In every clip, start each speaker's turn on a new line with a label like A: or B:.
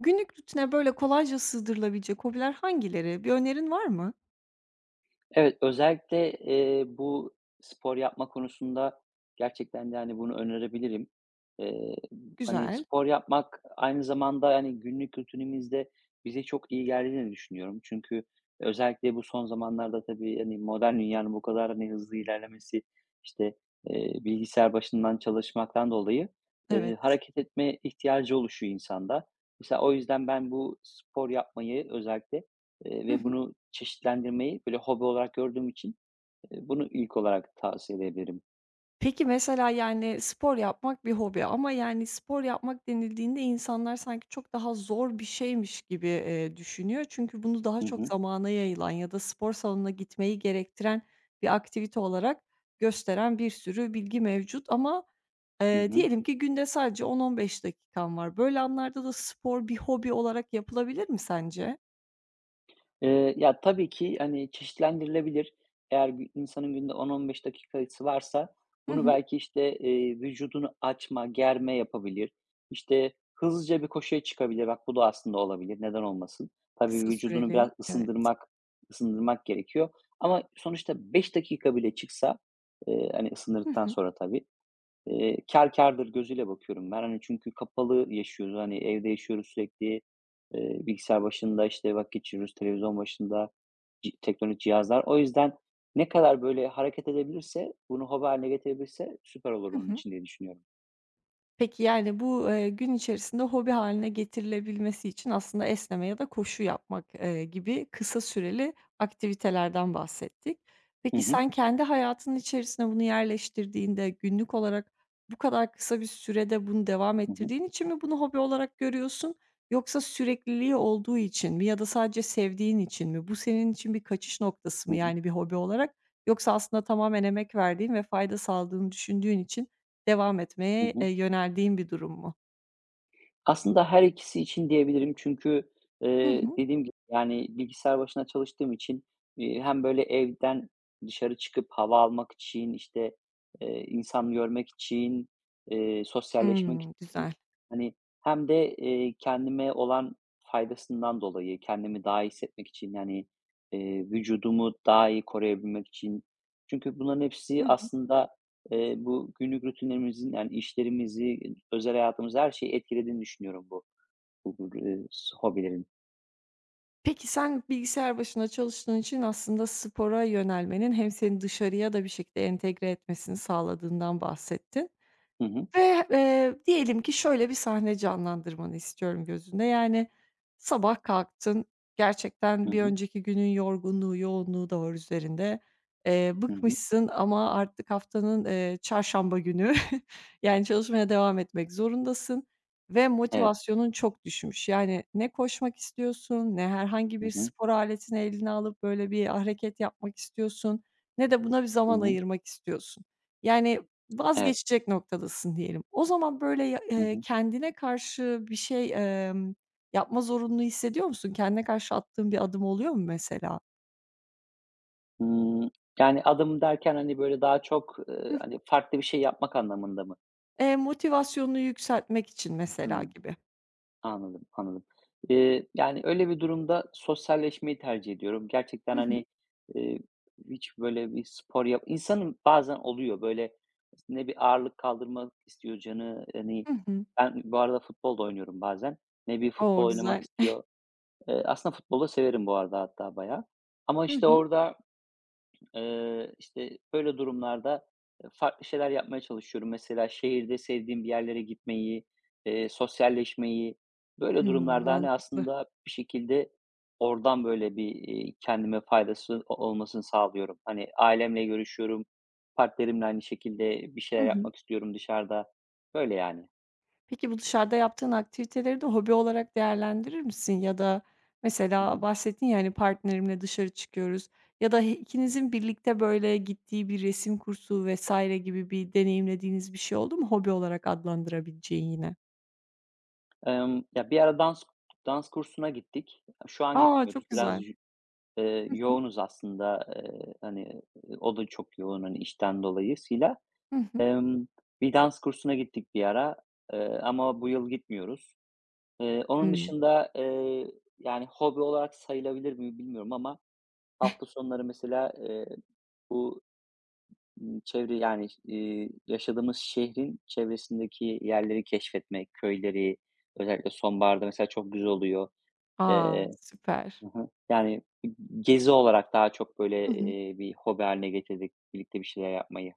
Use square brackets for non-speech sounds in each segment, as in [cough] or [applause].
A: Günlük rutine böyle kolayca sığdırılabilecek hobiler hangileri? Bir önerin var mı?
B: Evet, özellikle, bu spor yapma konusunda gerçekten de, hani, bunu önerebilirim. Eee, hani,
A: Güzel,
B: spor yapmak aynı zamanda, yani günlük rutinimizde bize çok iyi geldiğini düşünüyorum. Çünkü özellikle bu son zamanlarda tabii, hani, modern dünyanın bu kadar, hani, hızlı ilerlemesi, işte, bilgisayar başından çalışmaktan dolayı,
A: evet.
B: hareket etme ihtiyacı oluşuyor insanda. Mesela o yüzden ben bu spor yapmayı özellikle,
A: Hı
B: ve
A: hı.
B: bunu çeşitlendirmeyi böyle hobi olarak gördüğüm için, bunu ilk olarak tavsiye edebilirim.
A: Peki mesela, yani, spor yapmak bir hobi ama, yani, spor yapmak denildiğinde insanlar sanki çok daha zor bir şeymiş gibi, düşünüyor. Çünkü bunu daha
B: Hı
A: çok
B: hı.
A: zamana yayılan ya da spor salonuna gitmeyi gerektiren bir aktivite olarak gösteren bir sürü bilgi mevcut ama,
B: Hı hı.
A: diyelim ki günde sadece 10-15 dakikan var. Böyle anlarda da spor bir hobi olarak yapılabilir mi sence?
B: Ya, tabii ki, hani, çeşitlendirilebilir. Eğer insanın günde 10-15 dakikası varsa bunu
A: [laughs]
B: belki, işte, vücudunu açma, germe yapabilir. İşte, hızlıca bir koşuya çıkabilir. Bak, bu da aslında olabilir. Neden olmasın? Tabii
A: Kısa
B: vücudunu
A: süreli,
B: biraz
A: evet.
B: ısındırmak gerekiyor ama sonuçta 5 dakika bile çıksa, hani,
A: Hı
B: ısındırdıktan
A: hı.
B: sonra tabii, kâr kârdır gözüyle bakıyorum ben. Hani, çünkü kapalı yaşıyoruz. Hani, evde yaşıyoruz sürekli. Bilgisayar başında, işte, vakit geçiriyoruz, televizyon başında, teknolojik cihazlar. O yüzden ne kadar böyle hareket edebilirse, bunu hobi hâline getirebilirse süper olur
A: Hı
B: onun
A: hı.
B: için diye düşünüyorum.
A: Peki, yani, bu, gün içerisinde hobi haline getirilebilmesi için aslında esneme ya da koşu yapmak, gibi kısa süreli aktivitelerden bahsettik.
B: Hı
A: Peki,
B: hı.
A: sen kendi hayatının içerisine bunu yerleştirdiğinde günlük olarak bu kadar kısa bir sürede bunu devam
B: Hı hı.
A: ettirdiğin için mi bunu hobi olarak görüyorsun yoksa sürekliliği olduğu için mi ya da sadece sevdiğin için mi? Bu senin için bir kaçış noktası
B: Hı
A: mı,
B: hı.
A: yani, bir hobi olarak yoksa aslında tamamen emek verdiğin ve fayda sağladığını düşündüğün için devam
B: Hı
A: etmeye,
B: hı.
A: yöneldiğin bir durum mu?
B: Aslında her ikisi için diyebilirim çünkü,
A: Hı hı.
B: dediğim gibi, yani, bilgisayar başına çalıştığım için, hem böyle evden dışarı çıkıp hava almak için, işte, insan görmek için, sosyalleşmek
A: Hımm, güzel.
B: için, hani, hem de, kendime olan faydasından dolayı, kendimi daha iyi hissetmek için, yani, vücudumu daha iyi koruyabilmek için. Çünkü bunların
A: Hı
B: hepsi
A: hı.
B: aslında bu günlük rutinlerimizin, yani işlerimizi, özel hayatımızı, her şeyi etkilediğini düşünüyorum bu, hobilerin.
A: Peki sen bilgisayar başında çalıştığın için aslında spora yönelmenin hem seni dışarıya da bir şekilde entegre etmesini sağladığından bahsettin.
B: Hı hı.
A: Ve, diyelim ki şöyle bir sahne canlandırmanı istiyorum gözünde. Yani, sabah kalktın,
B: Hı
A: gerçekten bir
B: hı.
A: önceki günün yorgunluğu, yoğunluğu da var üzerinde.
B: Hı hı.
A: Bıkmışsın ama artık haftanın, çarşamba günü, [laughs] yani, çalışmaya devam etmek zorundasın ve
B: Evet.
A: motivasyonun çok düşmüş. Yani, ne koşmak istiyorsun, ne herhangi
B: Hı
A: bir
B: hı.
A: spor aletini eline alıp böyle bir hareket yapmak istiyorsun, ne de buna bir
B: Hı
A: zaman
B: hı.
A: ayırmak istiyorsun. Yani,
B: Evet.
A: vazgeçecek noktadasın diyelim. O zaman böyle ya
B: Hı hı.
A: kendine karşı bir şey, yapma zorunluluğu hissediyor musun? Kendine karşı attığın bir adım oluyor mu mesela?
B: Hımm, yani adım derken, hani, böyle, daha çok,
A: Hı hı.
B: hani, farklı bir şey yapmak anlamında mı?
A: Motivasyonunu yükseltmek için mesela
B: Hıı.
A: gibi.
B: Anladım, anladım. Yani, öyle bir durumda sosyalleşmeyi tercih ediyorum. Gerçekten,
A: Hı hı.
B: hani, eee, hiç böyle bir spor yap İnsanın bazen oluyor, böyle, ne bir ağırlık kaldırmak istiyor canı, hani,
A: Hı hı.
B: ben bu arada futbol da oynuyorum bazen. Ne bir
A: O!
B: futbol oynamak
A: Güzel.
B: istiyor. Aslında futbolu da severim bu arada hatta bayağı. Ama,
A: Hı
B: işte,
A: hı.
B: işte, böyle durumlarda, farklı şeyler yapmaya çalışıyorum. Mesela şehirde sevdiğim bir yerlere gitmeyi, sosyalleşmeyi, böyle
A: Hımm,
B: durumlarda, hani,
A: mantıklı.
B: aslında bir şekilde oradan böyle bir, kendime faydası o olmasını sağlıyorum. Hani, ailemle görüşüyorum, partnerimle aynı şekilde bir
A: Hı
B: şeyler
A: hı.
B: yapmak istiyorum dışarıda. Böyle yani.
A: Peki bu dışarıda yaptığın aktiviteleri de hobi olarak değerlendirir misin? Ya da
B: Hı
A: mesela
B: hı.
A: bahsettin ya, hani, partnerimle dışarı çıkıyoruz ya da he ikinizin birlikte, böyle, gittiği bir resim kursu vesaire gibi bir deneyimlediğiniz bir şey oldu mu hobi olarak adlandırabileceğin yine?
B: Ya, bir ara dans kursuna gittik. Şu an
A: A!
B: gitmiyoruz.
A: Çok
B: Biraz
A: güzel.
B: yü
A: Hı hı.
B: yoğunuz aslında, hani, o da çok yoğun, hani, işten dolayısıyla.
A: Hı hı.
B: Emm, bir dans kursuna gittik bir ara, ama bu yıl gitmiyoruz. Onun
A: Hımm.
B: dışında, yani, hobi olarak sayılabilir mi bilmiyorum ama hafta sonları mesela, bu, çevre, yani, yaşadığımız şehrin çevresindeki yerleri keşfetmek, köyleri özellikle sonbaharda mesela çok güzel oluyor.
A: A!
B: Eee
A: Süper.
B: Hı hı. Yani, gezi olarak daha çok,
A: Hı
B: böyle,
A: hı.
B: bir hobi hâline getirdik birlikte bir şeyler yapmayı.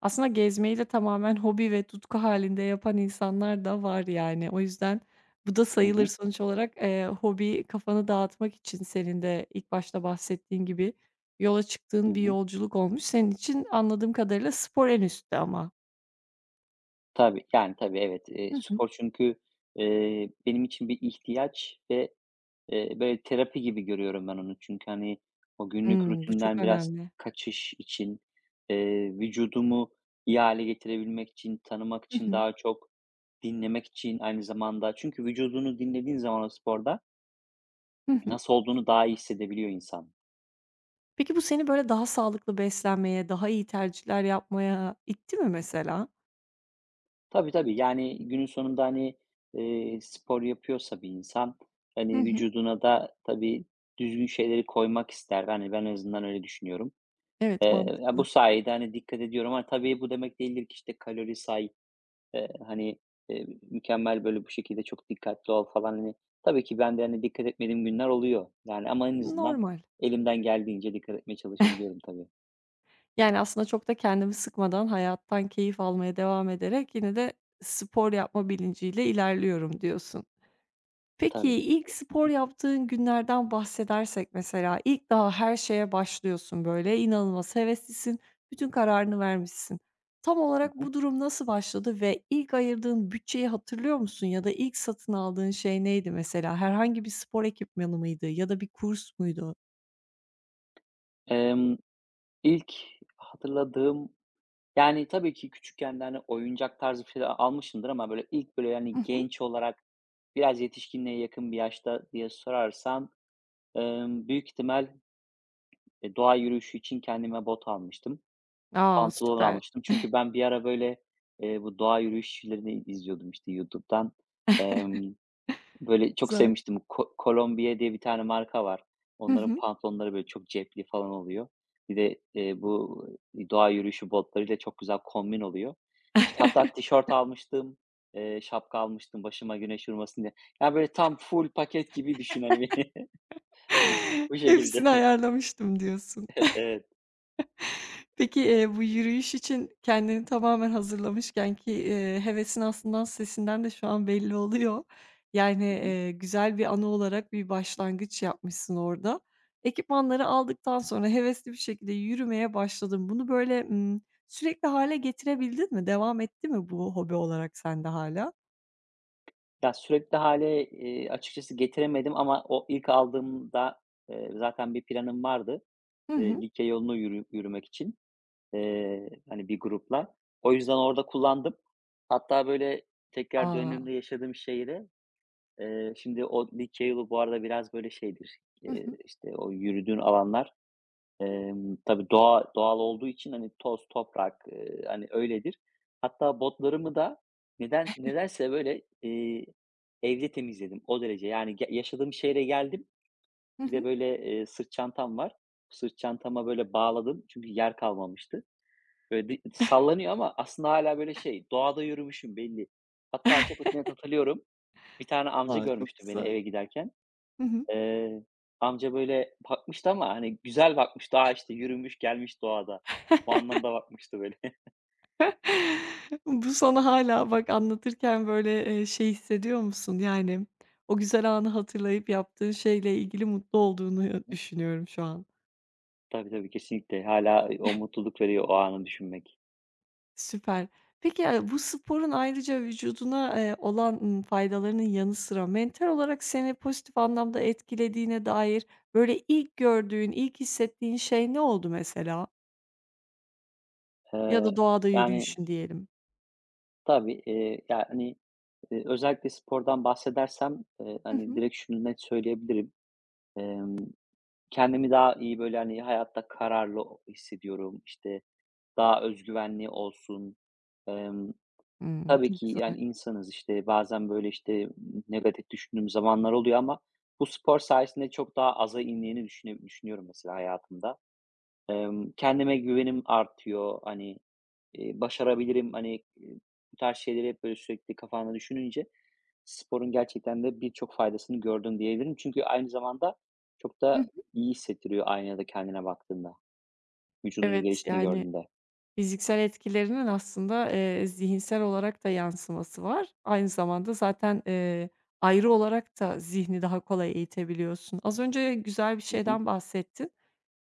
A: Aslında gezmeyi de tamamen [laughs] hobi ve tutku halinde yapan insanlar da var yani. O yüzden bu da
B: Hı
A: sayılır
B: hı.
A: sonuç olarak, hobi kafanı dağıtmak için senin de ilk başta bahsettiğin gibi yola
B: Hı
A: çıktığın bir
B: hı.
A: yolculuk olmuş. Senin için anladığım kadarıyla spor en üstte ama.
B: Tabii, yani, tabii, evet.
A: Hı hı.
B: Spor çünkü, benim için bir ihtiyaç ve, böyle, terapi gibi görüyorum ben onu. Çünkü, hani, o günlük
A: Hımm, bu çok
B: rutinden biraz
A: önemli.
B: kaçış için, vücudumu iyi hale getirebilmek için, tanımak
A: Hı
B: için,
A: hı.
B: daha çok dinlemek için aynı zamanda. Çünkü vücudunu dinlediğin zaman o sporda
A: Hı hı.
B: nasıl olduğunu daha iyi hissedebiliyor insan.
A: Peki bu seni böyle daha sağlıklı beslenmeye, daha iyi tercihler yapmaya itti mi mesela?
B: Tabii, tabii. Yani, günün sonunda, hani, spor yapıyorsa bir insan,
A: Hı
B: hani,
A: hı.
B: vücuduna da tabii düzgün şeyleri koymak ister. Hani, ben en azından öyle düşünüyorum.
A: Evet,
B: Ya, bu
A: mantıklı.
B: sayede, hani, dikkat ediyorum ama tabii bu demek değildir ki, işte, hani, eee, mükemmel, böyle, bu şekilde çok dikkatli ol falan, hani. Tabii ki ben de, hani, dikkat etmediğim günler oluyor, yani, ama en azından
A: Normal.
B: elimden geldiğince dikkat etmeye çalışabiliyorum tabii.
A: Yani, aslında çok da kendimi sıkmadan hayattan keyif almaya devam ederek yine de spor yapma bilinciyle ilerliyorum diyorsun. Peki,
B: Tabii.
A: ilk spor yaptığın günlerden bahsedersek mesela ilk daha her şeye başlıyorsun böyle, inanılmaz heveslisin, bütün kararını vermişsin. Tam
B: Hı
A: olarak
B: hı.
A: bu durum nasıl başladı ve ilk ayırdığın bütçeyi hatırlıyor musun ya da ilk satın aldığın şey neydi mesela? Herhangi bir spor ekipmanı mıydı ya da bir kurs muydu?
B: Emm, ilk hatırladığım yani, tabii ki küçükken de, hani, oyuncak tarzı bir şeyler almışımdır ama böyle ilk böyle,
A: Hı
B: yani
A: hı.
B: genç olarak biraz yetişkinliğe yakın bir yaşta diye sorarsan, büyük ihtimal, doğa yürüyüşü için kendime bot almıştım.
A: A!
B: Pantolon
A: Süper.
B: almıştım. Çünkü ben bir ara böyle, bu doğa yürüyüşçülerini izliyordum, işte, YouTube'dan. Emm Böyle çok
A: Güzel.
B: sevmiştim. Colombier diye bir tane marka var.
A: Hı
B: Onların
A: hı.
B: pantolonları böyle çok cepli falan oluyor. Bir de, bu doğa yürüyüşü botlarıyla çok güzel kombin oluyor. İşte hatta
A: [laughs]
B: tişört almıştım, şapka almıştım başıma güneş vurmasın diye. Yani böyle tam full paket gibi düşün, hani, beni. [laughs] Bu
A: [laughs] Hepsini
B: şekilde.
A: ayarlamıştım diyorsun.
B: [laughs] Evet.
A: Peki, bu yürüyüş için kendini tamamen hazırlamışken ki, hevesin aslında sesinden de şu an belli oluyor. Yani,
B: Hı hı.
A: güzel bir anı olarak bir başlangıç yapmışsın orada. Ekipmanları aldıktan sonra hevesli bir şekilde yürümeye başladın. Bunu böyle, sürekli hâle getirebildin mi? Devam etti mi bu hobi olarak sende hala?
B: Ya, sürekli hâle, açıkçası getiremedim ama o ilk aldığımda, zaten bir planım vardı,
A: Hı hı.
B: Likya yolunu yürümek için. Hani, bir grupla. O yüzden orada kullandım. Hatta, böyle, tekrar
A: A!
B: döndüğümde yaşadığım şehre, şimdi o Likya yolu bu arada biraz, böyle, şeydir,
A: Hı hı.
B: işte, o yürüdüğün alanlar, tabii doğal olduğu için, hani, toz, toprak, hani, öyledir. Hatta botlarımı da nedense, böyle, evde temizledim o derece. Yani, yaşadığım şehre geldim.
A: Hı
B: Bir de,
A: hı.
B: böyle, sırt çantam var. Sırt çantama, böyle, bağladım çünkü yer kalmamıştı. Böyle sallanıyor ama aslında hala böyle şey, doğada yürümüşüm belli. Hatta
A: [laughs]
B: çok net hatırlıyorum. Bir tane amca
A: A, çok
B: görmüştü beni
A: güzel.
B: eve giderken.
A: Hı hı.
B: Eee, amca böyle bakmıştı ama hani güzel bakmıştı. A, işte yürümüş gelmiş doğada. Bu anlamda bakmıştı böyle. [laughs]
A: [laughs] Bu sana hala bak anlatırken, böyle, şey hissediyor musun? Yani, o güzel anı hatırlayıp yaptığın şeyle ilgili mutlu
B: Hı
A: olduğunu
B: hı.
A: düşünüyorum şu an.
B: Tabii, tabii kesinlikle. Hala o mutluluk veriyor o anı düşünmek.
A: Süper. Peki, ya, bu sporun ayrıca vücuduna, olan, faydalarının yanı sıra mental olarak seni pozitif anlamda etkilediğine dair, böyle, ilk gördüğün, ilk hissettiğin şey ne oldu mesela? Ya
B: Eee,
A: da doğada
B: yani
A: yürüyüşün diyelim.
B: tabii, yani, özellikle spordan bahsedersem,
A: Hı
B: hani
A: hı.
B: direkt şunu net söyleyebilirim. Emm Kendimi daha iyi, böyle, hani, hayatta kararlı o hissediyorum. İşte, daha özgüvenli olsun. Emm,
A: Hımm,
B: tabii
A: çok
B: ki, yani,
A: güzel.
B: insanız, işte, bazen, böyle, işte, negatif düşündüğüm zamanlar oluyor ama bu spor sayesinde çok daha aza indiğini düşünüyorum mesela hayatımda. Kendime güvenim artıyor. Hani, başarabilirim, hani, bu tarz şeyleri hep böyle sürekli kafanda düşününce sporun gerçekten de birçok faydasını gördüm diyebilirim. Çünkü aynı zamanda çok
A: Hı
B: da
A: hı.
B: iyi hissettiriyor aynada kendine baktığında, vücudunun
A: Evet,
B: geliştiğini
A: yani
B: gördüğünde.
A: fiziksel etkilerinin aslında, zihinsel olarak da yansıması var. Aynı zamanda zaten, ayrı olarak da zihni daha kolay eğitebiliyorsun. Az önce güzel bir
B: Hı hı.
A: şeyden bahsettin.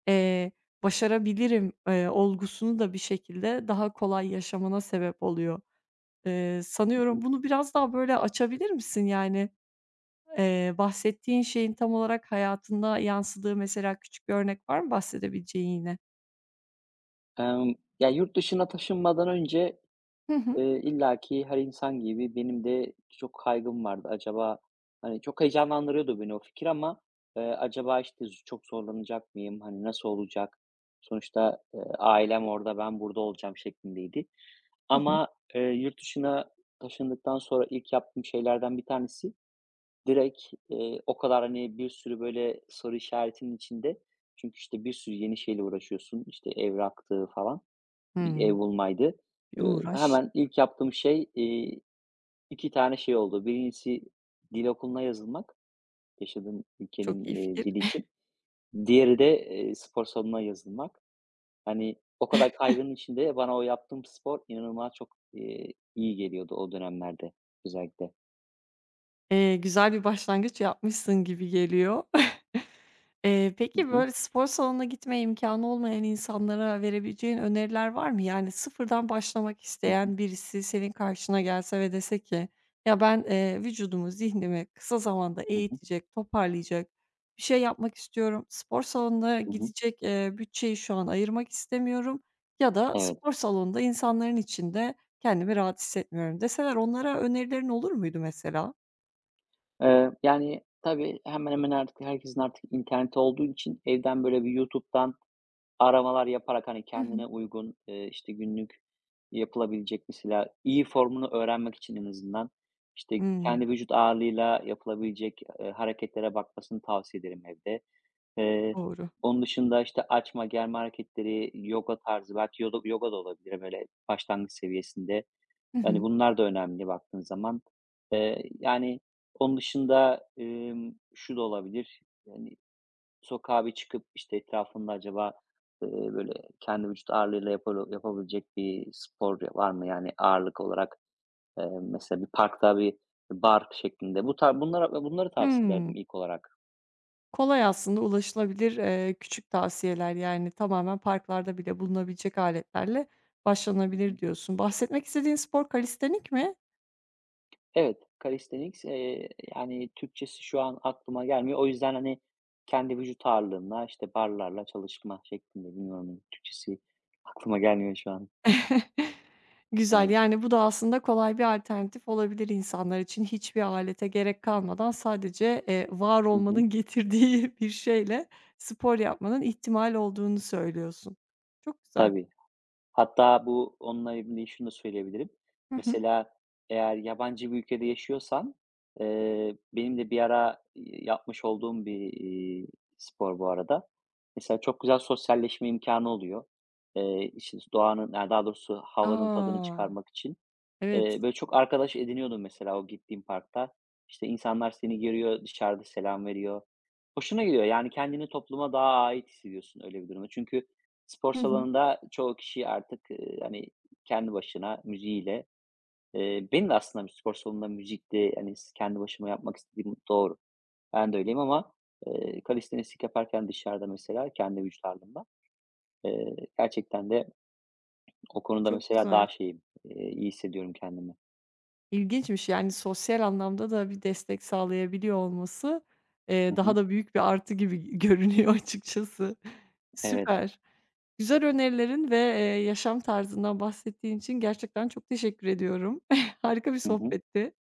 A: Eee, başarabilirim, olgusunu da bir şekilde daha kolay yaşamana sebep oluyor.
B: Hı hı.
A: Sanıyorum bunu biraz daha böyle açabilir misin? Yani, bahsettiğin şeyin tam olarak hayatında yansıdığı mesela küçük bir örnek var mı bahsedebileceğin yine?
B: Emm, ya, yurt dışına taşınmadan önce
A: Hı hı.
B: İlla ki her insan gibi benim de çok kaygım vardı. Acaba, hani, çok heyecanlandırıyordu beni o fikir ama, acaba, işte, çok zorlanacak mıyım? Hani, nasıl olacak? Sonuçta, ailem orada, ben burada olacağım şeklindeydi.
A: Hı hı.
B: Ama, yurt dışına taşındıktan sonra ilk yaptığım şeylerden bir tanesi direkt, o kadar, hani, bir sürü böyle soru işaretinin içinde çünkü, işte, bir sürü yeni şeyle uğraşıyorsun, işte, evraktı falan. Bir ev
A: Hımm.
B: bulmaydı.
A: Bir uğraş.
B: Hemen ilk yaptığım şey, 2 tane şey oldu. Birincisi dil okuluna yazılmak, yaşadığım
A: Çok
B: ülkenin,
A: iyi fikir.
B: dili için. Diğeri de, spor salonuna yazılmak. Hani, o kadar kaygının içinde bana o yaptığım spor inanılmaz çok, iyi geliyordu o dönemlerde özellikle.
A: Güzel bir başlangıç yapmışsın gibi geliyor. [laughs]
B: Hı
A: Peki,
B: hı.
A: böyle, spor salonuna gitme imkanı olmayan insanlara verebileceğin öneriler var mı? Yani sıfırdan başlamak
B: Hı hı.
A: isteyen birisi senin karşına gelse ve dese ki, "Ya, ben, vücudumu, zihnimi kısa zamanda
B: Hı hı.
A: eğitecek, toparlayacak bir şey yapmak istiyorum. Spor salonuna
B: Hı hı.
A: gidecek, bütçeyi şu an ayırmak istemiyorum ya da
B: Evet.
A: spor salonunda insanların içinde kendimi rahat hissetmiyorum." deseler onlara önerilerin olur muydu mesela?
B: Yani, tabii hemen hemen artık herkesin artık interneti olduğu için evden, böyle, bir YouTube'dan aramalar yaparak, hani,
A: Hı hı.
B: kendine uygun, işte, günlük yapılabilecek mesela iyi formunu öğrenmek için en azından, işte,
A: Hımm,
B: kendi vücut ağırlığıyla yapılabilecek, hareketlere bakmasını tavsiye ederim evde. Eee,
A: doğru.
B: onun dışında, işte, açma, germe hareketleri, yoga tarzı, belki yoga da olabilir, böyle, başlangıç seviyesinde.
A: Hı
B: Hani,
A: hı.
B: bunlar da önemli baktığın zaman. Yani, onun dışında, şu da olabilir, yani, sokağa bir çıkıp, işte, etrafında acaba, böyle kendi vücut ağırlığıyla yapabilecek bir spor var mı? Yani ağırlık olarak, mesela bir parkta bir bar şeklinde. Bu tar bunları tavsiye
A: Hımm.
B: ederdim ilk olarak.
A: Kolay aslında ulaşılabilir, küçük tavsiyeler, yani, tamamen parklarda bile bulunabilecek aletlerle
B: Hı
A: başlanabilir
B: hı.
A: diyorsun. Bahsetmek istediğin spor kalistenik mi?
B: Evet, calisthenics, yani Türkçesi şu an aklıma gelmiyor. O yüzden, hani, kendi vücut ağırlığına işte, barlarla çalışma şeklinde. Bilmiyorum, Türkçesi aklıma gelmiyor şu an.
A: [laughs] Güzel,
B: Evet.
A: yani, bu da aslında kolay bir alternatif olabilir insanlar için. Hiçbir alete gerek kalmadan sadece, var
B: Hı hı.
A: olmanın [laughs] getirdiği bir şeyle spor yapmanın ihtimal olduğunu söylüyorsun. Çok güzel.
B: Tabii. Hatta bu onunla ilgili şunu da söyleyebilirim.
A: Hı hı.
B: Mesela eğer yabancı bir ülkede yaşıyorsan, benim de bir ara, yapmış olduğum bir, spor bu arada. Mesela çok güzel sosyalleşme imkanı oluyor. İşte, doğanın, ya, daha doğrusu havanın tadını
A: A!
B: çıkarmak için,
A: Evet.
B: Böyle çok arkadaş ediniyordum mesela o gittiğim parkta. İşte insanlar seni görüyor, dışarıda selam veriyor. Hoşuna gidiyor yani kendini topluma daha ait hissediyorsun öyle bir durumda. Çünkü spor
A: Hı hı.
B: salonunda çoğu kişi artık, hani kendi başına müziğiyle benim de aslında bir spor salonunda müzikte hani kendi başıma yapmak istediğim doğru. Ben de öyleyim ama, kalistenistik yaparken dışarıda mesela kendi vücut ağırlığımla, gerçekten de o konuda
A: Çok
B: mesela
A: güzel.
B: daha şeyim, iyi hissediyorum kendimi.
A: İlginçmiş, yani, sosyal anlamda da bir destek sağlayabiliyor olması,
B: Hı
A: daha
B: hı.
A: da büyük bir artı gibi [laughs] görünüyor açıkçası.
B: Evet.
A: Süper. Güzel önerilerin ve, yaşam tarzından bahsettiğin için gerçekten çok teşekkür ediyorum. [laughs] Harika bir
B: Hı hı.
A: sohbetti.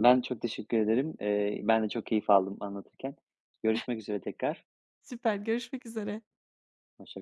B: Ben çok teşekkür ederim. Ben de çok keyif aldım anlatırken. Görüşmek üzere tekrar.
A: Süper, görüşmek üzere.
B: Hoşça